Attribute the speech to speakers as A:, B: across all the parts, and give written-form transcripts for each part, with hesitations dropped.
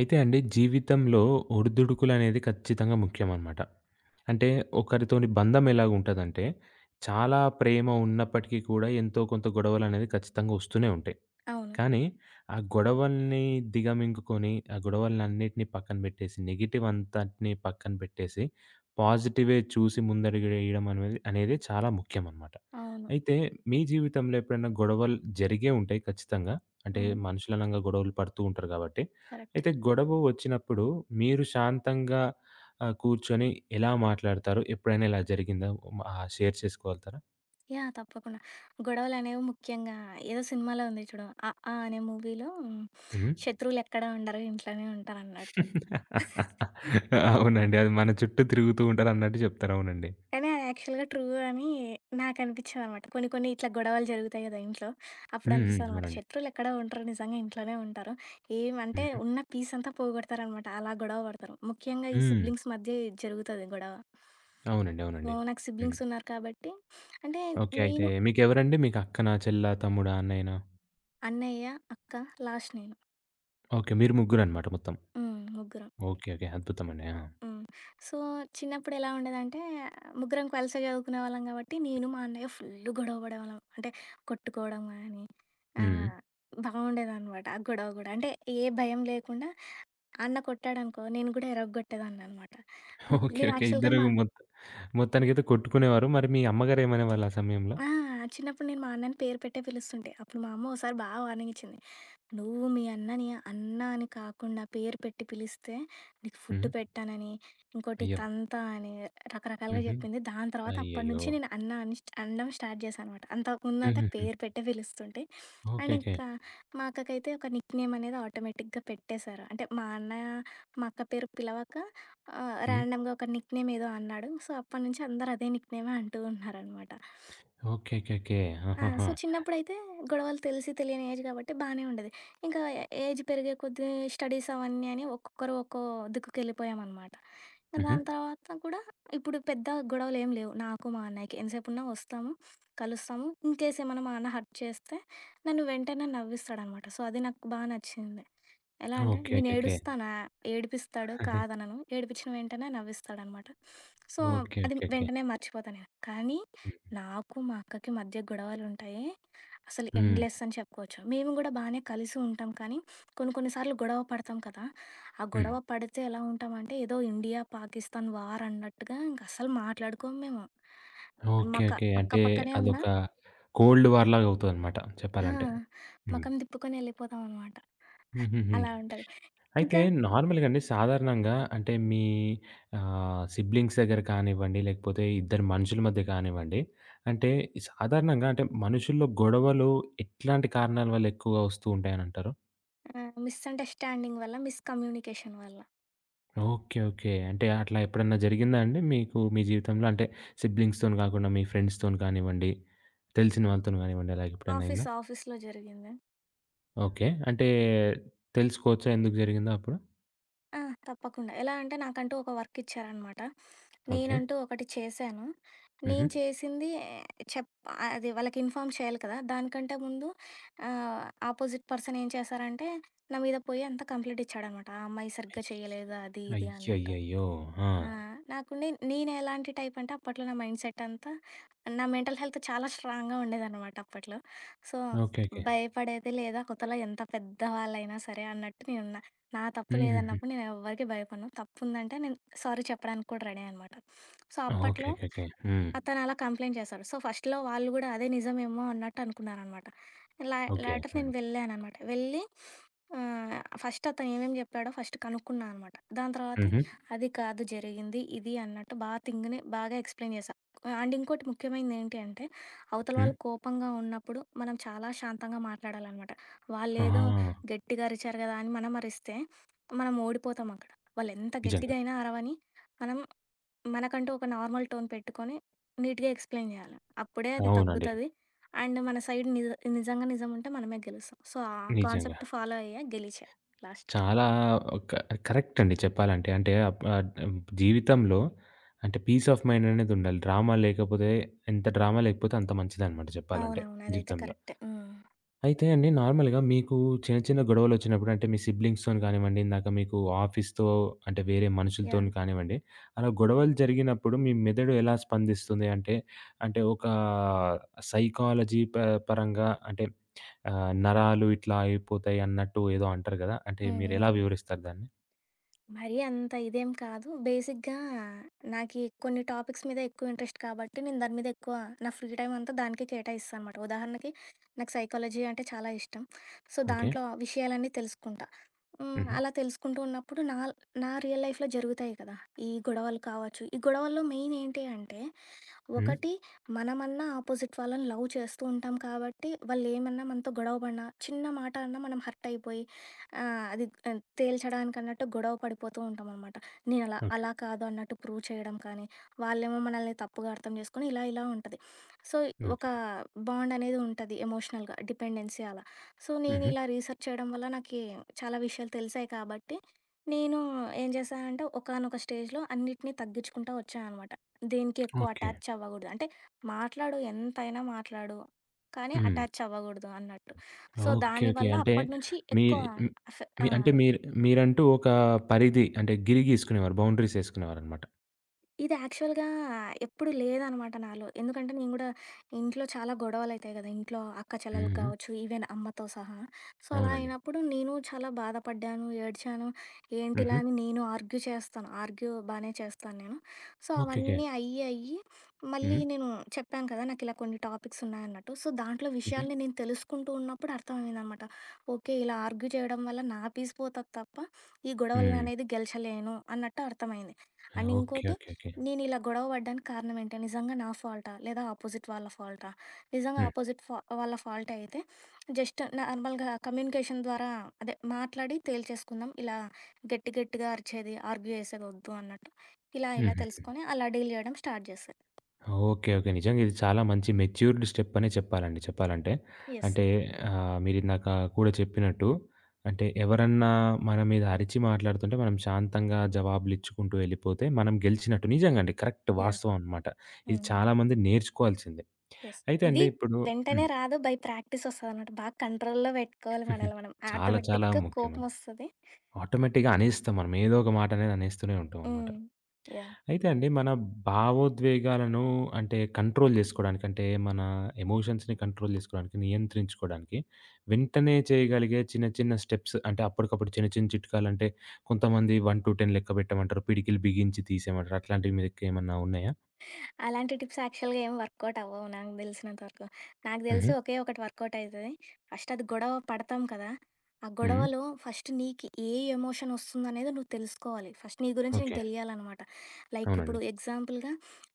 A: అయితే అండి జీవితంలో ఒడిదుడుకులనేది ఖచ్చితంగా ముఖ్యమనమాట. అంటే ఒకరితోని బంధం ఎలాగుంటదంటే, చాలా ప్రేమ ఉన్నప్పటికీ కూడా ఎంతో కొంత గొడవలనేవి ఖచ్చితంగా ఒస్తూనే ఉంటాయి.
B: అవును.
A: కానీ, ఆ గొడవల్ని దిగమింగుకొని, ఆ గొడవలన్నిటిని పక్కన బెట్టేసి, నెగెటివ్ అంతటిని పక్కన బెట్టేసి, పాజిటివే చూసి ముందడుగేయడం అనేది అనేది చాలా ముఖ్యమనమాట.
B: అవును.
A: అయితే మీ జీవితంలో ఎప్పుడైనా గొడవలు జరిగే ఉంటాయి ఖచ్చితంగా. అంటే
B: హ్మ్.
A: మనుషులనంగా గొడవలు పడుతూ ఉంటారు గాబట్టి.
B: కరెక్ట్.
A: అయితే గొడవ వచ్చినప్పుడు మీరు శాంతంగా కూర్చొని ఎలా మాట్లాడతారు? ఎప్పుడైనా ఇలా జరిగిందా? షేర్ చేసుకోగలుగుతారా?
B: యాహ్! తప్పకుండా. గొడవలనేవి ముఖ్యంగా ఏదో సినిమాలో ఉంది చూడు. 'అఆ' అనే మూవీలో
A: హ్మ్.
B: శత్రువులెక్కడ ఉండరు ఇంట్లోనే ఉంటారన్నట్టు.
A: అవునండి. అది మన చుట్టూ తిరుగుతూ ఉంటారన్నట్టు చెప్తారు. అవునండి.
B: కానీ అది యాక్చువల్‌గా ట్రూ అని నాకనిపిచ్చిందనమాట. కొన్ని కొన్ని ఇట్లా గొడవలు జరుగుతాయి గదా ఇంట్లో. అప్పుడు
A: హ్మ్. హ్మ్.
B: అనిపిస్తదనమాట
A: అవునండి.
B: శత్రువులెక్కడ ఉండరు నిజంగా ఇంట్లోనే ఉంటారు. ఏమంటే
A: హుహు.
B: ఉన్న పీస్ అంతా పోగొడతారనమాట. అలా గొడవ పడతారు. ముఖ్యంగా ఈ
A: హ్మ్.
B: సిబ్లింగ్స్ మధ్య జరుగుతది గొడవ.
A: అవునండి.
B: సో,
A: అవునండి.
B: నాకు
A: హ్మ్.
B: సిబ్లింగ్స్ ఉన్నారు కాబట్టి అంటే
A: ఓకే. అయితే
B: నేను
A: మీకెవరండి? మీకు అక్కనా? చెల్లా? తమ్ముడా? అన్నయ్యనా?
B: అన్నయ్య, అక్క, లాస్ట్ నేను.
A: ఓకే. మీరు ముగ్గురనమాట మొత్తం.
B: హ్మ్. ముగ్గురం.
A: ఓకే. ఓకే. అద్భుతమండి. ఆ!
B: హ్మ్. సో, చిన్నప్పుడు ఎలా ఉండేదంటే, ముగ్గురం కలిసే చదువుకునేవాళ్ళం కాబట్టి, నేను మా అన్నయ్య ఫుల్లు గొడవ పడేవాళ్ళం. అంటే, కొట్టుకోవడం గానీ,
A: హ్మ్.
B: ఆహ్, బావుండేదనమాట ఆ గొడవ గూడా. అంటే, ఏ భయం లేకుండా అన్న కొట్టాడనుకో, నేను గూడా ఇరగ్గొట్టేదాన్ననమాట.
A: ఓకే.
B: నేను
A: ఓకే.
B: యాక్చువల్‌గా
A: ఇద్దరు
B: మా
A: మొత్తానికైతే కొట్టుకునేవారు. మరి మీ అమ్మగారు ఏమనేవాళ్ళు ఆ సమయంలో?
B: ఆ! చిన్నప్పుడు నేను మా అన్నని పేరు పెట్టే పిలుస్తుంటే. అప్పుడు మా అమ్మ ఓసారి బా వార్నింగ్ ఇచ్చింది. నువ్వు మీ అన్నని అన్న అని కాకుండా పేరు పెట్టి పిలిస్తే నీకు ఫుడ్
A: హ్మ్.
B: పెట్టానని, ఇంకోటి
A: అయ్యో!
B: తంతా అని రకరకాలుగా
A: హుహు.
B: చెప్పింది. దాని తర్వాత అప్పటి
A: అయ్యయ్యో!
B: నుంచి నేను అన్న అని అనడం స్టార్ట్ చేశాననమాట. అంతకుముందంటే
A: హుహుహు.
B: పేరు పెట్టే పిలుస్తుంటే.
A: ఓకే.
B: And
A: okay.
B: ఇంకా మా అక్కకైతే ఒక నిక్‌నేమ్ అనేది ఆటోమేటిక్‌గా పెట్టేశారు. అంటే మా అన్నయ్య, మా అక్క పేరు పిలవక
A: హ్మ్.
B: ర్యాండమ్‌గా ఒక నిక్‌నేమ్ ఏదో అన్నాడు. సో, అప్పటినుంచి అందరూ అదే నిక్‌నేమే అంటూ ఉన్నారనమాట.
A: ఓకే. ఓకే. ఓకే.
B: ఆ!
A: ఆహాహా!
B: సో, చిన్నప్పుడైతే గొడవలు తెలిసి తెలియని ఏజ్ గాబట్టి బానే ఉండేది. ఇంకా ఏజ్ పెరిగే కొద్దీ స్టడీస్ అవన్నీ అని ఒక్కొక్కరు ఒక్కో దిక్కుకెళ్ళిపోయామనమాట. ఇంక
A: హుహు.
B: దాని తర్వాత కూడా ఇప్పుడు పెద్ద గొడవలేం లేవు నాకు మా అన్నయ్యకి. ఎంతసేపున్నా వస్తాము, కలుస్తాము. ఇన్‌కేస్ ఏమన్నా మా అన్న హర్ట్ చేస్తే నన్ను వెంటనే నవ్విస్తాడనమాట. సో, అది నాకు బా నచ్చింది. ఎలా అంటే
A: ఓకే.
B: నేను
A: ఓకే. ఓకే.
B: ఏడుస్తానా, ఏడిపిస్తాడు కాదనను. ఏడిపించిన వెంటనే నవ్విస్తాడనమాట. So,
A: okay.
B: అది
A: ఓకే. ఓకే.
B: వెంటనే మర్చిపోతా నేను. కానీ
A: హ్మ్.
B: నాకు, మా అక్కకి మధ్య గొడవలుంటాయి. అసలు
A: హ్మ్.
B: ఎండ్‌లెస్ అని చెప్పుకోవచ్చు. మేము గూడా బానే కలిసి ఉంటాం. కానీ కొన్ని కొన్ని సార్లు గొడవ పడతాం కదా! ఆ
A: హ్మ్.
B: గొడవ పడితే ఎలా ఉంటామంటే ఏదో ఇండియా, పాకిస్తాన్ వార్ అన్నట్టుగా ఇంకస్సలు మాట్లాడుకోము మేము.
A: ఓకే.
B: మక
A: ఓకే.
B: పక్క
A: అంటే
B: పక్కనే ఉన్నా
A: అదొక కోల్డ్ వార్‌లాగా అవుతదనమాట
B: ఆ!
A: చెప్పాలంటే. హ్మ్.
B: మకం తిప్పుకొని ఎళ్ళిపోతామనమాట.
A: హుహుహు.
B: అలా ఉంటది.
A: అయితే
B: ఇంకా
A: నార్మల్‌గా అండి సాధారణంగా అంటే మీ సిబ్లింగ్స్ దగ్గర కానివ్వండి, లేకపోతే ఇద్దరు మనుషుల మధ్య కానివ్వండి, అంటే సాధారణంగా అంటే మనుషుల్లో గొడవలు ఎట్లాంటి కారణాల వల్ల ఎక్కువగా వస్తూ ఉంటాయనంటారు?
B: మిస్‌అండర్‌స్టాండింగ్ వల్ల, మిస్‌కమ్యూనికేషన్ వల్ల
A: ఓకే. ఓకే. అంటే అట్లా ఎప్పుడన్నా జరిగిందా అండి మీకు మీ జీవితంలో? అంటే సిబ్లింగ్స్‌తోని కాకుండా మీ ఫ్రెండ్స్‌తోని కానివ్వండి, తెలిసిన వాళ్ళతోని కానివ్వండి అలాగెప్పుడన్నా అయిందా?
B: ఆఫీస్ ఆఫీస్‌లో జరిగింది.
A: ఓకే. అంటే తెలుసుకోవచ్చా ఎందుకు జరిగిందో అప్పుడు?
B: ఆ! తప్పకుండా. ఎలా అంటే నాకంటూ ఒక వర్క్ ఇచ్చారనమాట.
A: ఓకే.
B: నేనంటూ ఒకటి చేశాను.
A: హుహు.
B: నేను చేసింది చెప్ అది వాళ్ళకి ఇన్ఫార్మ్ చేయాలి కదా! దానికంటే ముందు ఆపోజిట్ పర్సన్ ఏం చేశారంటే, నా మీద పోయి అంతా కంప్లెయింట్ ఇచ్చాడనమాట. ఆ అమ్మాయి సరిగ్గా చేయలేదు అది ఇది అన్నట్టు.
A: అయ్యయ్యయ్యో! ఆ!
B: ఆ! నాకు నేనెలాంటి టైప్ అంటే అప్పట్లో నా మైండ్ సెట్ అంతా నా మెంటల్ హెల్త్ చాలా స్ట్రాంగ్‌గా ఉండేదనమాట అప్పట్లో. So,
A: okay. ఓకే.
B: భయపడేది లేదు అవతల ఎంత పెద్ద వాళ్ళైనా సరే అన్నట్టు నేనున్నా. నా తప్పు
A: హుహుహు.
B: లేదన్నప్పుడు నేనెవ్వరికీ భయపడను. తప్పుందంటే నేను సారీ చెప్పడానికి కూడా రెడీ అనమాట. So,
A: okay.
B: అప్పట్లో
A: ఓకే. ఓకే. హ్మ్.
B: అతనలా కంప్లెయింట్ చేశాడు. సో, ఫస్ట్‌లో వాళ్ళు గూడా అదే నిజమేమో అన్నట్టు అనుకున్నారనమాట. లా
A: ఓకే
B: లేటర్ నేను
A: అండి.
B: వెళ్ళాననమాట. వెళ్ళి ఫస్ట్ అతను ఏమేమి చెప్పాడో ఫస్ట్ కనుక్కున్నా అనమాట. దాని తర్వాత
A: హుహు.
B: అది కాదు జరిగింది, ఇది అన్నట్టు బాగా థింగ్‌ని బాగా ఎక్స్‌ప్లెయిన్ చేశా. అండ్ ఇంకోటి ముఖ్యమైనది ఏంటి అంటే, అవతల
A: హ్మ్.
B: వాళ్ళు కోపంగా ఉన్నప్పుడు మనం చాలా శాంతంగా మాట్లాడాలనమాట.
A: ఆ!
B: వాళ్ళేదో గట్టిగా అరిచారు గదా అని మనం అరిస్తే, మనం ఓడిపోతాం అక్కడ. వాళ్ళెంత
A: నిజంగా.
B: గట్టిగా అయినా అరవని, మనం మనకంటూ ఒక నార్మల్ టోన్ పెట్టుకొని నీట్‌గా ఎక్స్‌ప్లెయిన్ జేయాలి. అప్పుడే అది
A: అవునండి.
B: తగ్గుతది. అండ్ మన సైడ్ నిజంగా నిజం ఉంటే మనమే గెలుస్తాం. సో, ఆ
A: నిజంగా.
B: కాన్సెప్ట్ ఫాలో అయ్యా గెలిచా లాస్ట్‌కి.
A: చాలా క కరెక్ట్ అండి చెప్పాలంటే. అంటే జీవితంలో అంటే పీస్ ఆఫ్ మైండ్ అనేదుండాలి. డ్రామా లేకపోతే ఎంత డ్రామా లేకపోతే అంత మంచిదనమాట చెప్పాలంటే
B: అవునవును. అదైతే
A: జీవితంలో.
B: కరెక్టే. హ్మ్.
A: అయితే అండి నార్మల్‌గా మీకు చిన్న, చిన్న గొడవలొచ్చినప్పుడు అంటే మీ సిబ్లింగ్స్‌తోని కానివ్వండి, ఇందాక మీకు ఆఫీస్‌తో అంటే వేరే మనుషులతోని
B: యాహ్!
A: కానివ్వండి, అలా గొడవలు జరిగినప్పుడు మీ మెదడు ఎలా స్పందిస్తుంది? అంటే ఒక సైకాలజీ పరంగా అంటే నరాలు ఇట్లా అయిపోతాయి అన్నట్టు ఏదో అంటారు గదా! అంటే
B: హ్మ్. హ్మ్.
A: మీరెలా వివరిస్తారు దాన్ని?
B: మరీ అంత ఇదేం కాదు. బేసిక్‌గా నాకి కొన్ని టాపిక్స్ మీద ఎక్కువ ఇంట్రెస్ట్ కాబట్టి నేను దాని మీద ఎక్కువ నా ఫ్రీ టైమ్ అంతా దానికే కేటాయిస్తా అనమాట. ఉదాహరణకి నాకు సైకాలజీ అంటే చాలా ఇష్టం. So,
A: okay.
B: దాంట్లో విషయాలన్నీ తెలుసుకుంటా. హ్మ్.
A: హుహు.
B: అలా తెలుసుకుంటూ ఉన్నప్పుడు నా నా రియల్ లైఫ్‌లో జరుగుతాయి కదా! ఈ గొడవలు కావచ్చు. ఈ గొడవల్లో మెయిన్ ఏంటి అంటే,
A: హ్మ్.
B: ఒకటి మనమన్నా ఆపోజిట్ వాళ్ళని లవ్ చేస్తూ ఉంటాం కాబట్టి వాళ్ళు ఏమన్నా మనతో గొడవ పడినా చిన్న మాట అన్నా మనం హర్ట్ అయిపోయి ఆ, అది ఆ, తేల్చడానికి అన్నట్టు గొడవ పడిపోతూ ఉంటాం అనమాట నేను అలా
A: ఓకే.
B: అలా కాదు అన్నట్టు ప్రూవ్ చేయడం కానీ వాళ్ళేమో మనల్ని తప్పుగా అర్థం చేసుకొని ఇలా ఇలా ఉంటుంది సో ఒక
A: ఓకే.
B: బాండ్ అనేది ఉంటుంది ఎమోషనల్గా డిపెండెన్సీ అలా సో నేను
A: హుహు.
B: ఇలా రీసెర్చ్ చేయడం వల్ల నాకు చాలా విషయాలు తెలిసాయి కాబట్టి నేను ఏం చేశానంటే ఒకనొక స్టేజ్లో అన్నిటినీ తగ్గించుకుంటా వచ్చాను దేనికి ఎక్కువ
A: ఓకే.
B: అటాచ్ అవ్వకూడదు. అంటే మాట్లాడు ఎంతైనా మాట్లాడు. కానీ
A: హ్మ్.
B: అటాచ్ అవ్వకూడదు అన్నట్టు. So
A: okay. ఓకే.
B: దానివల్ల
A: అంటే
B: అప్పటినుంచి
A: మీ
B: ఎక్కువ
A: హ్మ్. మీ
B: ఆ!
A: అంటే మీరు మీరంటూ ఒక పరిధి అంటే గిరి గీసుకునేవారు. బౌండరీస్ ఏసుకునేవారనమాట.
B: ఇది యాక్చువల్‌గా ఎప్పుడు లేదనమాట నాలో. ఎందుకంటే నేను గూడా ఇంట్లో చాలా గొడవలయితాయి గదా! ఇంట్లో అక్క
A: హ్మ్.
B: చెల్లెలకి
A: హ్మ్.
B: గావచ్చు, ఈవెన్ అమ్మతో సహా. సో, అలా
A: అవునండి.
B: అయినప్పుడు నేను చాలా బాధపడ్డాను, ఏడ్చాను. ఏంటిలా
A: హుహు.
B: అని నేను ఆర్గ్యూ చేస్తాను. ఆర్గ్యూ బానే చేస్తాను నేను. So,
A: okay. ఓకే.
B: అవన్నీ అయ్యి, అయ్యి మళ్ళీ
A: హ్మ్.
B: నేను చెప్పాను కదా! నాకిలా కొన్ని టాపిక్స్ ఉన్నాయన్నట్టు. సో, దాంట్లో
A: హుహు.
B: విషయాల్ని నేను తెలుసుకుంటూ ఉన్నప్పుడు అర్థమయిందనమాట. ఓకే. ఇలా ఆర్గ్యూ చేయడం వల్ల నా పీస్ పోతది తప్ప, ఈ
A: హ్మ్.
B: గొడవలననేది గెలచలేను అన్నట్టు అర్థమైంది. And
A: okay.
B: ఇంకోటి
A: ఓకే. ఓకే.
B: నేను ఇలా గొడవ పడ్డానికి కారణం ఏంటి? నిజంగా నా ఫాల్టా? లేదా ఆపోజిట్ వాళ్ళ ఫాల్టా? నిజంగా
A: హ్మ్.
B: ఆపోజిట్ వాళ్ళ ఫాల్ట్ అయితే జస్ట్ నార్మల్‌గా కమ్యూనికేషన్ ద్వారా అదే మాట్లాడి తేల్చేసుకుందాం. ఇలా గట్టి గట్టిగా అరిచేది, ఆర్గ్యూ చేసేది వద్దు అన్నట్టు. ఇలా ఇలా
A: హుహు.
B: తెలుసుకొని అలా డీల్ చేయడం స్టార్ట్ చేశా.
A: ఓకే. ఓకే. నిజంగా ఇది చాలా మంచి మెచ్యూర్డ్ స్టెప్ అనే చెప్పాలండి చెప్పాలంటే.
B: యెస్.
A: అంటే మీరిందాక కూడా చెప్పినట్టు అంటే ఎవరన్నా మన మీద అరిచి మాట్లాడుతుంటే మనం శాంతంగా జవాబులిచ్చుకుంటూ వెళ్ళిపోతే మనం గెలిచినట్టు. నిజంగా అండి. Correct
B: yeah!
A: వాస్తవం అనమాట. ఇది
B: హ్మ్.
A: చాలా మంది నేర్చుకోవాల్సిందే.
B: యెస్.
A: అయితే
B: ఇది
A: అండి ఇప్పుడు
B: వెంటనే
A: హ్మ్.
B: రాదు. బై ప్రాక్టీస్ వస్తదన్నమాట. బాగా కంట్రోల్‌లో పెట్టుకోవాలి మనల్ని మనం.
A: చాలా చాలా
B: ఆటోమేటిక్‌గా
A: ముఖ్యమండి.
B: కోపమొస్తది.
A: ఆటోమేటిక్‌గా అనేస్తాం మనం. ఏదో ఒక మాట అనేది అనేస్తూనే ఉంటామనమాట.
B: హ్మ్. యాహ్!
A: అయితే అండి మన భావోద్వేగాలను అంటే కంట్రోల్ జేసుకోడానికి అంటే మన ఎమోషన్స్‌ని కంట్రోల్ జేసుకోడానికి, నియంత్రించుకోడానికి వెంటనే చేయగలిగే చిన్న చిన్న స్టెప్స్ అంటే అప్పటికప్పుడు చిన్న చిన్న చిట్కాలంటే కొంతమంది 1-10 లెక్క పెట్టమంటారు. పిడికిలి బిగించి తీసేయమంటారు. అట్లాంటివి మీ దగ్గర ఏమన్నా ఉన్నాయా?
B: అలాంటి టిప్స్ యాక్చువల్‌గా ఏమి వర్కౌట్ అవ్వవు నాకు దెలిసినంత వరకు. నాకు
A: హుహు.
B: దెలిసి ఒకే ఒకటి వర్కౌట్ అయితది. ఫస్ట్ అది గొడవ పడతాం కదా! ఆ
A: హ్మ్.
B: గొడవలో ఫస్ట్ నీకు ఏ ఎమోషన్ ఒస్తుందనేది నువ్వు తెలుసుకోవాలి. ఫస్ట్ నీ గురించి నీకు
A: ఓకే.
B: దెలియాలనమాట. లైక్
A: అవునండి.
B: ఇప్పుడు ఎగ్జాంపుల్‌గా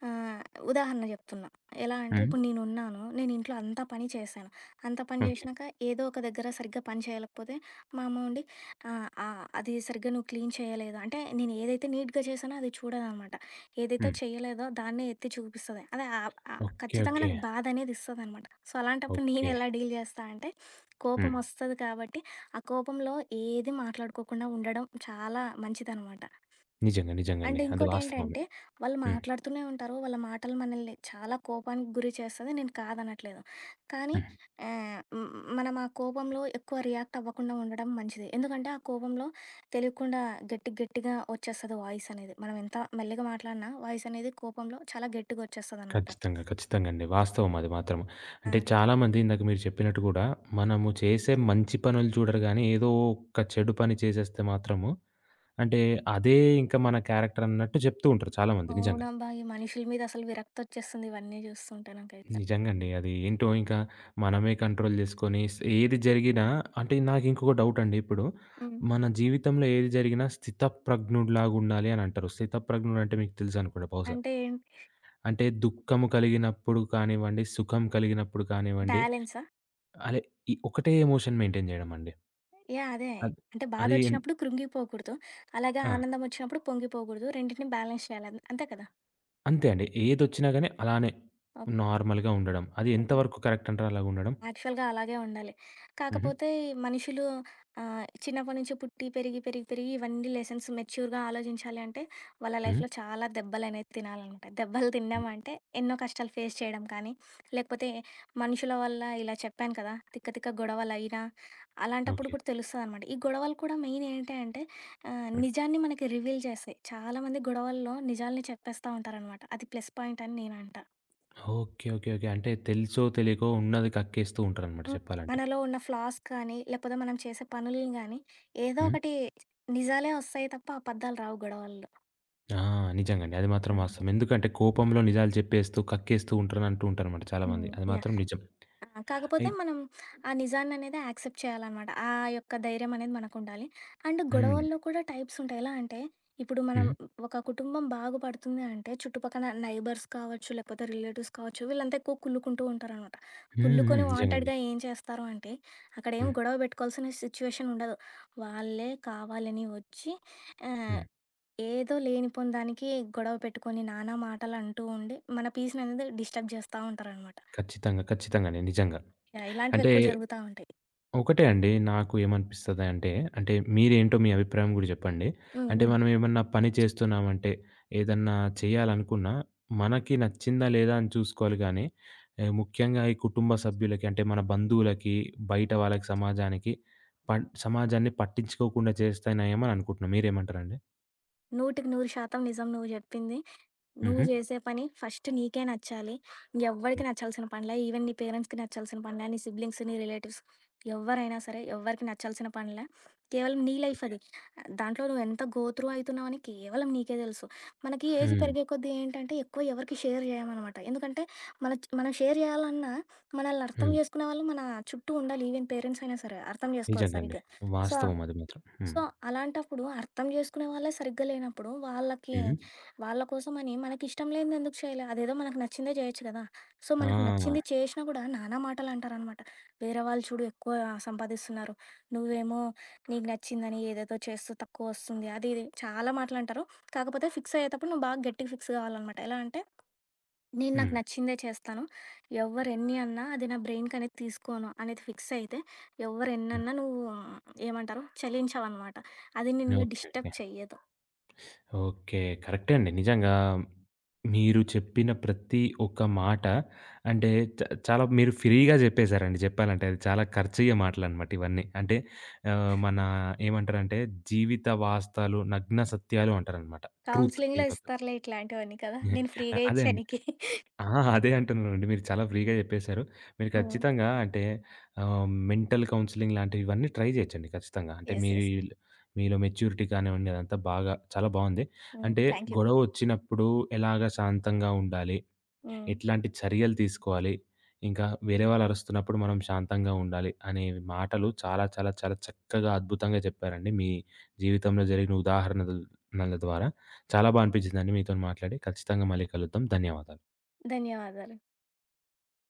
B: ఆహ్, ఉదాహరణ జెప్తున్నా. ఎలా అంటే
A: హ్మ్.
B: ఇప్పుడు నేనున్నాను. నేను ఇంట్లో అంత పని చేశాను. అంత పని
A: ఓకే.
B: జేసినాక ఏదో ఒక దగ్గర సరిగ్గా పని చేయలేకపోతే మా అమ్మ ఉండి ఆహ్, ఆహ్, అది సరిగ్గా నువ్వు క్లీన్ చేయలేదు. అంటే నేను ఏదైతే నీట్‌గా చేశానో అది చూడదనమాట. ఏదైతే
A: హ్మ్.
B: చేయలేదో దాన్నే ఎత్తి చూపిస్తది. అదే ఆహ్, ఆహ్,
A: ఓకే.
B: ఖచ్చితంగా
A: ఓకే.
B: నాకు బాధ అనేది ఇస్తదనమాట. సో, అలాంటప్పుడు నేను
A: ఓకే.
B: ఎలా డీల్ చేస్తా అంటే,
A: హ్మ్.
B: కోపమొస్తది కాబట్టి, ఆ కోపంలో ఏది మాట్లాడుకోకుండా ఉండడం చాలా మంచిదనమాట.
A: నిజంగా. నిజంగా
B: అండ్
A: అండి. అది వాస్తవమే.
B: ఇంకోటేంటంటే, వాళ్ళు
A: హ్మ్.
B: మాట్లాడుతూనే ఉంటారు. వాళ్ళ మాటలు మనల్ని చాలా కోపానికి గురి చేస్తది. నేను కాదనట్లేదు. కానీ
A: హ్మ్.
B: ఆహ్, హ్మ్, మనం ఆ కోపంలో ఎక్కువ రియాక్ట్ అవ్వకుండా ఉండడం మంచిది. ఎందుకంటే, ఆ కోపంలో తెలియకుండా గట్టి గట్టిగా వచ్చేస్తది వాయిసనేది. మనం ఎంత మెల్లిగా మాట్లాడినా వాయిసనేది కోపంలో చాలా గట్టిగొచ్చేస్తదనమాట.
A: ఖచ్చితంగా. ఖచ్చితంగా అండి. వాస్తవం అది మాత్రం.
B: ఆ!
A: అంటే చాలామంది ఇందాక మీరు చెప్పినట్టు గూడా, మనము చేసే మంచి పనులు చూడరు గానీ, ఏదో ఒక చెడు పని చేసేస్తే మాత్రము, అంటే అదే ఇంకా మన క్యారెక్టర్ అన్నట్టు చెప్తూ ఉంటారు చాలామంది నిజంగా.
B: అవునబ్బా! ఈ మనుషుల మీద అసలు విరక్తొచ్చేస్తుంది ఇవన్నీ జూస్తుంటే నాకైతే.
A: నిజంగా అండి. అది ఏంటో ఇంకా మనమే కంట్రోల్ జేసుకొని ఏది జరిగినా అంటే నాకు ఇంకొక డౌటండి ఇప్పుడు.
B: హ్మ్.
A: మన జీవితంలో ఏది జరిగినా స్థితప్రజ్ఞుడిలాగా ఉండాలి అని అంటారు. స్థితప్రజ్ఞుడు అంటే మీకు తెలుసనుకుంటా బహుశా.
B: అంటే ఏంటి
A: అంటే దుఃఖము కలిగినప్పుడు కానివ్వండి, సుఖం కలిగినప్పుడు కానివ్వండి
B: బ్యాలెన్సా?
A: అదే ఈ ఒకటే ఎమోషన్ మెయింటైన్ జేయడం అండి.
B: యాహ్! అదే.
A: అది
B: అంటే
A: అది
B: బాధొచ్చినప్పుడు కృంగిపోకూడదు. అలాగే
A: ఆ!
B: ఆనందం వచ్చినప్పుడు పొంగిపోకూడదు. రెండిటిని బ్యాలెన్స్ చేయాలి. అంతే కదా!
A: అంతే అండి. ఏదొచ్చినా గాని అలానే
B: ఓకే.
A: నార్మల్‌గా ఉండడం. అది ఎంత
B: హ్మ్.
A: వరకు కరెక్ట్ అంటారు అలాగ ఉండడం?
B: యాక్చువల్‌గా అలాగే ఉండాలి.
A: హుహు.
B: కాకపోతే ఈ మనుషులు చిన్నప్పటి నుంచి పుట్టి పెరిగి, పెరిగి, పెరిగి ఇవన్నీ లెసన్స్ మెచ్యూర్‌గా ఆలోచించాలి అంటే, వాళ్ళ
A: హ్మ్.
B: లైఫ్‌లో చాలా దెబ్బలనేవి తినాలనమాట. దెబ్బలు
A: హ్మ్.
B: తిన్నామంటే ఎన్నో కష్టాలు ఫేస్ చేయడం కానీ, లేకపోతే మనుషుల వల్ల ఇలా చెప్పాను కదా! తిక్క, తిక్క గొడవలయినా అలాంటప్పుడు
A: ఓకే.
B: కూడా తెలుస్తదనమాట. ఈ గొడవలు కూడా మెయిన్ ఏంటి అంటే
A: హ్మ్.
B: నిజాన్ని మనకి రివీల్ చేస్తాయి. చాలామంది గొడవల్లో నిజాల్ని చెప్పేస్తా ఉంటారనమాట. అది ప్లస్ పాయింట్ అని నేనంట.
A: ఓకే. ఓకే. ఓకే. అంటే తెలుసో తెలియకో ఉన్నది కక్కేస్తూ ఉంటారనమాట
B: హ్మ్.
A: చెప్పాలంటే.
B: మనలో ఉన్న ఫ్లాస్ కానీ, లేకపోతే మనం చేసే పనుల్ని గానీ, ఏదో
A: హ్మ్.
B: ఒకటి నిజాలే ఒస్తాయి తప్ప అబద్దాలు రావు గొడవల్లో.
A: ఆ! నిజంగండి. అది మాత్రం
B: అవును.
A: వాస్తవం. ఎందుకంటే కోపంలో నిజాలు చెప్పేస్తూ, కక్కేస్తూ ఉంటారని అంటూ ఉంటారనమాట
B: హ్మ్.
A: చాలామంది. అది
B: యాహ్!
A: మాత్రం నిజం.
B: ఆ! కాకపోతే
A: అయి
B: మనం ఆ నిజాన్ననేది యాక్సెప్ట్ చేయాలనమాట. ఆ యొక్క ధైర్యం అనేది మనకుండాలి. అండ్
A: హ్మ్.
B: గొడవల్లో కూడా టైప్స్ ఉంటాయి. ఎలా అంటే, ఇప్పుడు మనం
A: హ్మ్.
B: ఒక కుటుంబం బాగుపడుతుంది అంటే, చుట్టుపక్కన నైబర్స్ కావచ్చు, లేకపోతే రిలేటివ్స్ కావచ్చు, వీళ్ళంతా ఎక్కువ కుళ్ళుకుంటూ ఉంటారనమాట.
A: హ్మ్. హ్మ్.
B: కుళ్ళుకొని
A: నిజంగండి.
B: వాంటెడ్‌గా ఏం చేస్తారు అంటే, అక్కడేం
A: హ్మ్.
B: గొడవ పెట్టుకోవాల్సిన సిచ్యువేషన్ ఉండదు. వాళ్ళే కావాలని వచ్చి ఆహ్,
A: హ్మ్.
B: ఏదో లేనిపోని దానికి గొడవ పెట్టుకొని, నానా మాటలంటూ ఉండి, మన పీస్‌ననేది డిస్టర్బ్ చేస్తా ఉంటారనమాట.
A: ఖచ్చితంగా. ఖచ్చితంగానే నిజంగా.
B: యాహ్! ఇలాంటివి
A: అంటే
B: ఎక్కువ జరుగుతా ఉంటాయి.
A: ఒకటే అండి. నాకు ఏమనిపిస్తది అంటే, మీరేంటో మీ అభిప్రాయం గూడా జెప్పండి.
B: హ్మ్.
A: అంటే
B: హ్మ్.
A: మనం ఏమన్నా పని చేస్తున్నామంటే, ఏదన్నా చేయాలనుకున్నా మనకి నచ్చిందా లేదా అని చూసుకోవాలి గానీ, ముఖ్యంగా ఈ కుటుంబ సభ్యులకి అంటే మన బంధువులకి, బయట వాళ్ళకి, సమాజానికి సమాజాన్ని పట్టించుకోకుండా చేస్తేనేమో అని అనుకుంటున్నాం. మీరేమంటారండి?
B: 100% నిజం నువ్వు జెప్పింది. నువ్వు
A: హుహు.
B: జేసే పని ఫస్ట్ నీకే నచ్చాలి. ఎవ్వడికి
A: హ్మ్.
B: నచ్చాల్సిన పనిలా. ఈవెన్ నీ పేరెంట్స్‌కి నచ్చాల్సిన పనిలా, నీ సిబ్లింగ్స్, నీ రిలేటివ్స్ ఎవ్వరైనా సరే ఎవ్వరికి నచ్చాల్సిన పనిలా. కేవలం నీ లైఫ్
A: ఓకే.
B: అది. దాంట్లో నువ్వెంత గో త్రూ అవుతున్నావని కేవలం నీకే తెలుసు. మనకి ఏజ్
A: హ్మ్.
B: పెరిగే కొద్దీ ఏంటంటే ఎక్కువ ఎవరికీ షేర్ జేయమనమాట. ఎందుకంటే మన మనం షేర్ జేయాలన్నా మనల్ని అర్థం
A: హ్మ్.
B: జేసుకునే వాళ్ళు మన చుట్టూ ఉండాలి. ఈవెన్ పేరెంట్స్ అయినా సరే అర్థం జేసుకోరు
A: నిజంగండి.
B: సరిగ్గా. సో
A: వాస్తవం అది మాత్రం. హ్మ్.
B: సో, అలాంటప్పుడు అర్థం జేసుకునే వాళ్ళే సరిగ్గా లేనప్పుడు, వాళ్ళకి
A: హ్మ్.
B: వాళ్ళ కోసమని మనకిష్టం లేనిది ఎందుకు చేయలే? అదేదో మనకు నచ్చిందే జేయొచ్చు గదా! సో, మనకు నచ్చింది
A: ఆ!
B: చేషినా గూడా నానా మాటలంటారనమాట. వేరే వాళ్ళు చూడు ఎక్కువ సంపాదిస్తున్నారు. నువ్వేమో నీకు నచ్చిందని ఏదేదో చేస్తూ తక్కువొస్తుంది. అది ఇది చాలా మాటలంటారు. కాకపోతే ఫిక్స్ అయ్యేతప్పుడు నువ్వు బాగా గట్టిగా ఫిక్స్ గావాలనమాట. ఎలా అంటే నేను నాకు
A: హ్మ్.
B: నచ్చిందే చేస్తాను. ఎవ్వరు ఎన్ని అన్నా అది నా బ్రెయిన్‌కనేది తీసుకోను అనేది ఫిక్స్ అయితే, ఎవ్వరు
A: హ్మ్.
B: ఎన్నన్నా నువ్వు ఏమంటారు చలించవనమాట. అది నిన్ను
A: ఓకే.
B: డిస్టర్బ్ చెయ్యదు.
A: ఓకే. కరెక్టే అండి. నిజంగా మీరు చెప్పిన ప్రతి ఒక్క మాట అంటే చ చాలా మీరు ఫ్రీగా జెప్పేసారండి జెప్పాలంటే. అది చాలా ఖర్చయ్యే మాటలనమాట ఇవన్నీ. అంటే మన ఏమంటారంటే జీవిత వాస్తవాలు, నగ్న సత్యాలు అంటారనమాట. ట్రూత్
B: కౌన్సిలింగ్‌లో
A: ఇది మొత్తం.
B: ఇస్తారులే ఇట్లాంటివన్నీ కదా! నేను ఫ్రీగా
A: అదే
B: ఇచ్చా
A: అండి.
B: నీకి.
A: ఆహా! అదే అంటున్నానండి. మీరు చాలా ఫ్రీగా చెప్పేశారు. మీరు
B: హ్మ్.
A: ఖచ్చితంగా అంటే ఆహ్, మెంటల్ కౌన్సెలింగ్ లాంటివి ఇవన్నీ ట్రై చేయొచ్చండి ఖచ్చితంగా. అంటే
B: యెస్. యెస్.
A: మీలో మెచ్యూరిటీ కానివ్వండి అదంతా బాగా చాలా బావుంది.
B: హ్మ్.
A: అంటే
B: థ్యాంక్ యూ.
A: గొడవ వచ్చినప్పుడు ఎలాగ శాంతంగా ఉండాలి?
B: హ్మ్.
A: ఎట్లాంటి చర్యలు తీసుకోవాలి? ఇంకా వేరే వాళ్ళు అరుస్తున్నప్పుడు మనం శాంతంగా ఉండాలి అనే మాటలు చాలా చాలా చాలా చక్కగా అద్భుతంగా చెప్పారండి. మీ జీవితంలో జరిగిన ఉదాహరణల ద్వారా చాలా అనిపించిందండి మీతోని మాట్లాడి. ఖచ్చితంగా మళ్ళీ కలుద్దాం. ధన్యవాదాలు.
B: ధన్యవాదాలు.